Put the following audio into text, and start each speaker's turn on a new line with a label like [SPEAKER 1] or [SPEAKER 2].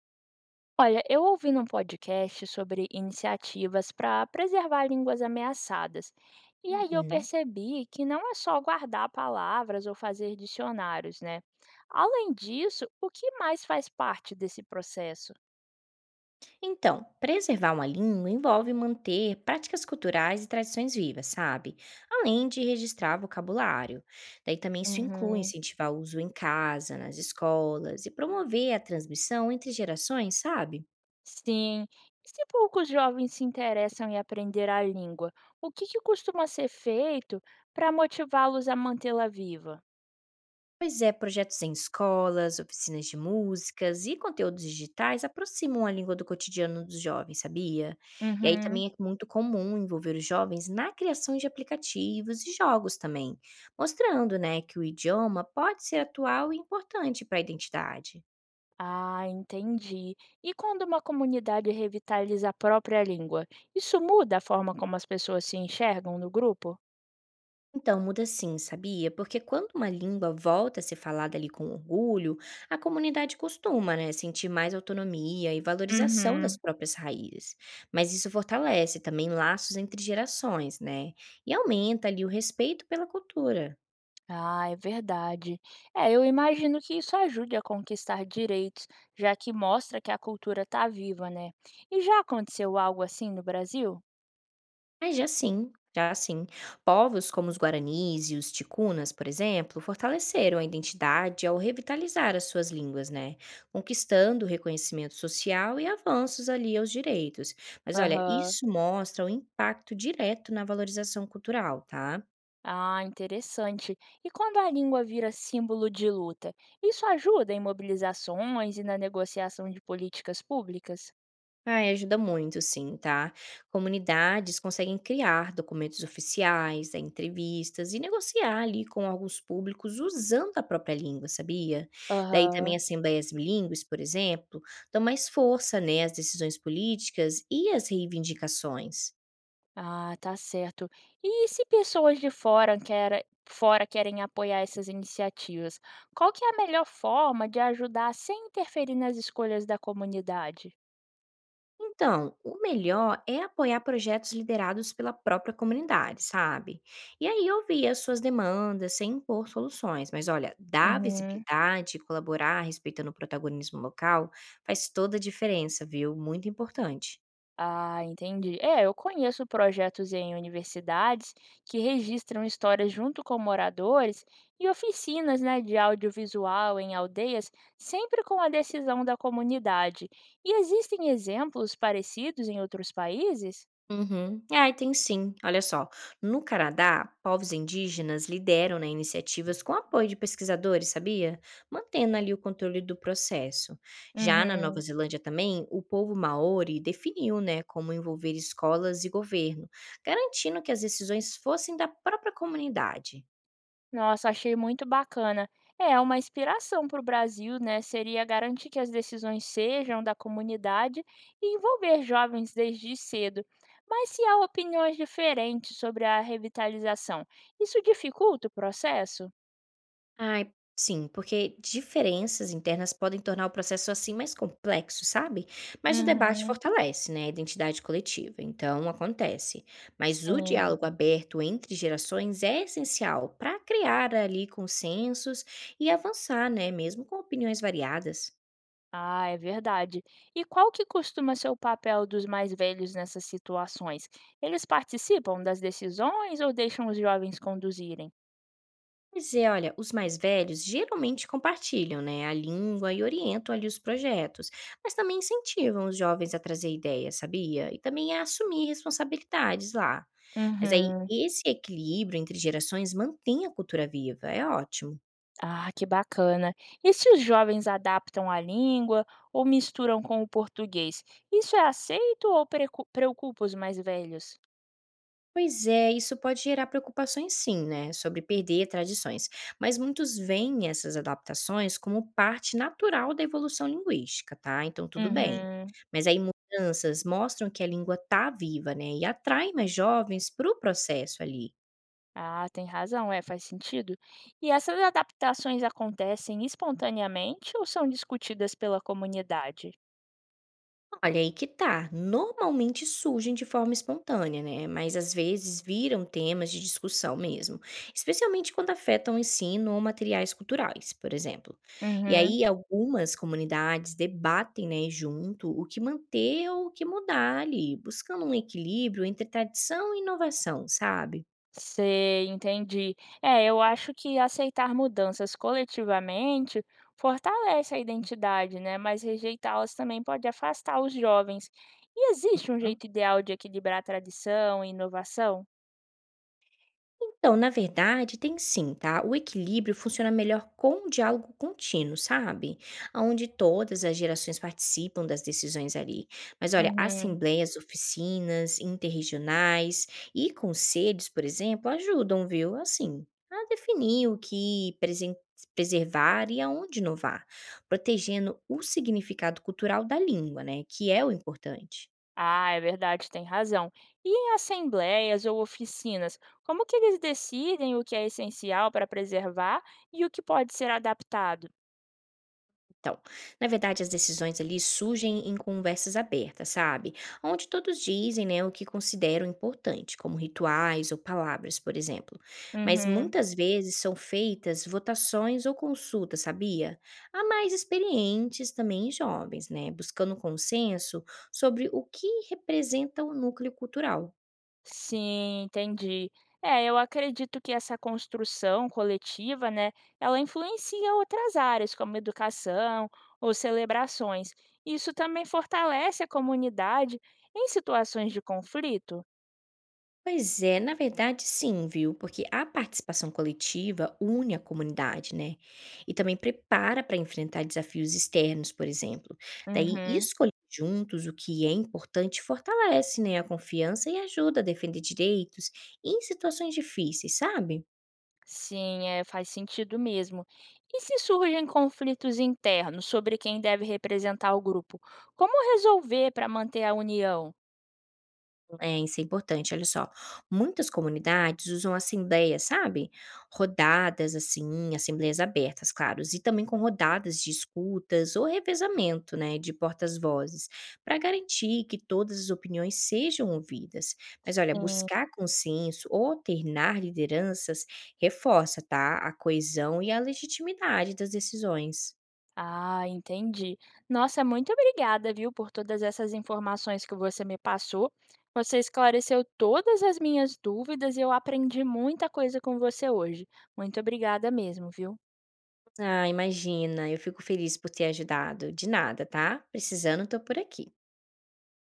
[SPEAKER 1] Olha, eu ouvi num podcast sobre iniciativas para preservar línguas ameaçadas. E aí eu
[SPEAKER 2] Uhum.
[SPEAKER 1] percebi que não é só guardar palavras ou fazer dicionários, né? Além disso, o que mais faz parte desse processo?
[SPEAKER 2] Então, preservar uma língua envolve manter práticas culturais e tradições vivas, sabe? Além de registrar vocabulário. Daí também isso inclui
[SPEAKER 1] Uhum.
[SPEAKER 2] incentivar o uso em casa, nas escolas e promover a transmissão entre gerações, sabe?
[SPEAKER 1] Sim. E se poucos jovens se interessam em aprender a língua, o que que costuma ser feito para motivá-los a mantê-la viva?
[SPEAKER 2] Pois é, projetos em escolas, oficinas de músicas e conteúdos digitais aproximam a língua do cotidiano dos jovens, sabia? E aí
[SPEAKER 1] Uhum.
[SPEAKER 2] também é muito comum envolver os jovens na criação de aplicativos e jogos também, mostrando, né, que o idioma pode ser atual e importante para a identidade.
[SPEAKER 1] Ah, entendi. E quando uma comunidade revitaliza a própria língua, isso muda a forma como as pessoas se enxergam no grupo?
[SPEAKER 2] Então, muda sim, sabia? Porque quando uma língua volta a ser falada ali com orgulho, a comunidade costuma, né, sentir mais autonomia e valorização das
[SPEAKER 1] Uhum.
[SPEAKER 2] próprias raízes. Mas isso fortalece também laços entre gerações, né? E aumenta ali o respeito pela cultura.
[SPEAKER 1] Ah, é verdade. É, eu imagino que isso ajude a conquistar direitos, já que mostra que a cultura está viva, né? E já aconteceu algo assim no Brasil?
[SPEAKER 2] Mas já sim, já sim. Povos como os guaranis e os ticunas, por exemplo, fortaleceram a identidade ao revitalizar as suas línguas, né? Conquistando o reconhecimento social e avanços ali aos direitos. Mas olha,
[SPEAKER 1] Aham.
[SPEAKER 2] isso mostra o impacto direto na valorização cultural, tá?
[SPEAKER 1] Ah, interessante. E quando a língua vira símbolo de luta, isso ajuda em mobilizações e na negociação de políticas públicas?
[SPEAKER 2] Ai, ajuda muito sim, tá? Comunidades conseguem criar documentos oficiais, dar entrevistas e negociar ali com alguns públicos usando a própria língua, sabia? Daí também
[SPEAKER 1] Aham.
[SPEAKER 2] assembleias bilíngues, por exemplo, dão mais força, né, às decisões políticas e às reivindicações.
[SPEAKER 1] Ah, tá certo. E se pessoas de fora querem, apoiar essas iniciativas, qual que é a melhor forma de ajudar sem interferir nas escolhas da comunidade?
[SPEAKER 2] Então, o melhor é apoiar projetos liderados pela própria comunidade, sabe? E aí ouvir as suas demandas sem impor soluções, mas olha, dar
[SPEAKER 1] Uhum.
[SPEAKER 2] visibilidade e colaborar respeitando o protagonismo local faz toda a diferença, viu? Muito importante.
[SPEAKER 1] Ah, entendi. É, eu conheço projetos em universidades que registram histórias junto com moradores e oficinas, né, de audiovisual em aldeias, sempre com a decisão da comunidade. E existem exemplos parecidos em outros países?
[SPEAKER 2] Uhum. Ai, tem sim. Olha só, no Canadá, povos indígenas lideram, né, iniciativas com apoio de pesquisadores, sabia? Mantendo ali o controle do processo. Já na Nova
[SPEAKER 1] Uhum.
[SPEAKER 2] Zelândia também, o povo maori definiu, né, como envolver escolas e governo, garantindo que as decisões fossem da própria comunidade.
[SPEAKER 1] Nossa, achei muito bacana. É uma inspiração para o Brasil, né? Seria garantir que as decisões sejam da comunidade e envolver jovens desde cedo. Mas se há opiniões diferentes sobre a revitalização, isso dificulta o processo?
[SPEAKER 2] Ai, sim, porque diferenças internas podem tornar o processo assim mais complexo, sabe? Mas o debate
[SPEAKER 1] Uhum,
[SPEAKER 2] fortalece, né, a identidade coletiva, então acontece. Mas o
[SPEAKER 1] sim.
[SPEAKER 2] diálogo aberto entre gerações é essencial para criar ali consensos e avançar, né, mesmo com opiniões variadas.
[SPEAKER 1] Ah, é verdade. E qual que costuma ser o papel dos mais velhos nessas situações? Eles participam das decisões ou deixam os jovens conduzirem?
[SPEAKER 2] Mas é, olha, os mais velhos geralmente compartilham, né, a língua e orientam ali os projetos, mas também incentivam os jovens a trazer ideias, sabia? E também a assumir responsabilidades lá. Mas aí
[SPEAKER 1] Uhum.
[SPEAKER 2] esse equilíbrio entre gerações mantém a cultura viva, é ótimo.
[SPEAKER 1] Ah, que bacana. E se os jovens adaptam a língua ou misturam com o português, isso é aceito ou preocupa os mais velhos?
[SPEAKER 2] Pois é, isso pode gerar preocupações sim, né, sobre perder tradições, mas muitos veem essas adaptações como parte natural da evolução linguística, tá? Então tudo bem.
[SPEAKER 1] Uhum.
[SPEAKER 2] Mas aí mudanças mostram que a língua tá viva, né, e atrai mais jovens para o processo ali.
[SPEAKER 1] Ah, tem razão, é, faz sentido. E essas adaptações acontecem espontaneamente ou são discutidas pela comunidade?
[SPEAKER 2] Olha, aí que tá. Normalmente surgem de forma espontânea, né? Mas às vezes viram temas de discussão mesmo, especialmente quando afetam o ensino ou materiais culturais, por exemplo. E
[SPEAKER 1] Uhum.
[SPEAKER 2] aí algumas comunidades debatem, né, junto o que manter ou o que mudar ali, buscando um equilíbrio entre tradição e inovação, sabe?
[SPEAKER 1] Sei, entendi. É, eu acho que aceitar mudanças coletivamente fortalece a identidade, né? Mas rejeitá-las também pode afastar os jovens. E existe um jeito ideal de equilibrar tradição e inovação?
[SPEAKER 2] Então, na verdade, tem sim, tá? O equilíbrio funciona melhor com o diálogo contínuo, sabe? Onde todas as gerações participam das decisões ali. Mas olha,
[SPEAKER 1] Uhum.
[SPEAKER 2] assembleias, oficinas, interregionais e conselhos, por exemplo, ajudam, viu? Assim, a definir o que preservar e aonde inovar, protegendo o significado cultural da língua, né? Que é o importante.
[SPEAKER 1] Ah, é verdade, tem razão. E em assembleias ou oficinas, como que eles decidem o que é essencial para preservar e o que pode ser adaptado?
[SPEAKER 2] Então, na verdade, as decisões ali surgem em conversas abertas, sabe? Onde todos dizem, né, o que consideram importante, como rituais ou palavras, por exemplo. Mas
[SPEAKER 1] Uhum.
[SPEAKER 2] muitas vezes são feitas votações ou consultas, sabia? Há mais experientes também jovens, né, buscando consenso sobre o que representa o núcleo cultural.
[SPEAKER 1] Sim, entendi. É, eu acredito que essa construção coletiva, né, ela influencia outras áreas, como educação ou celebrações. Isso também fortalece a comunidade em situações de conflito?
[SPEAKER 2] Pois é, na verdade sim, viu? Porque a participação coletiva une a comunidade, né? E também prepara para enfrentar desafios externos, por exemplo. Daí,
[SPEAKER 1] Uhum.
[SPEAKER 2] escolher juntos o que é importante fortalece, né, a confiança e ajuda a defender direitos em situações difíceis, sabe?
[SPEAKER 1] Sim, é, faz sentido mesmo. E se surgem conflitos internos sobre quem deve representar o grupo, como resolver para manter a união?
[SPEAKER 2] É, isso é importante, olha só. Muitas comunidades usam assembleias, sabe? Rodadas, assim, assembleias abertas, claro, e também com rodadas de escutas ou revezamento, né, de portas-vozes, para garantir que todas as opiniões sejam ouvidas. Mas olha, buscar consenso ou alternar lideranças reforça, tá? A coesão e a legitimidade das decisões.
[SPEAKER 1] Ah, entendi. Nossa, muito obrigada, viu, por todas essas informações que você me passou. Você esclareceu todas as minhas dúvidas e eu aprendi muita coisa com você hoje. Muito obrigada mesmo, viu?
[SPEAKER 2] Ah, imagina, eu fico feliz por ter ajudado. De nada, tá? Precisando, tô por aqui.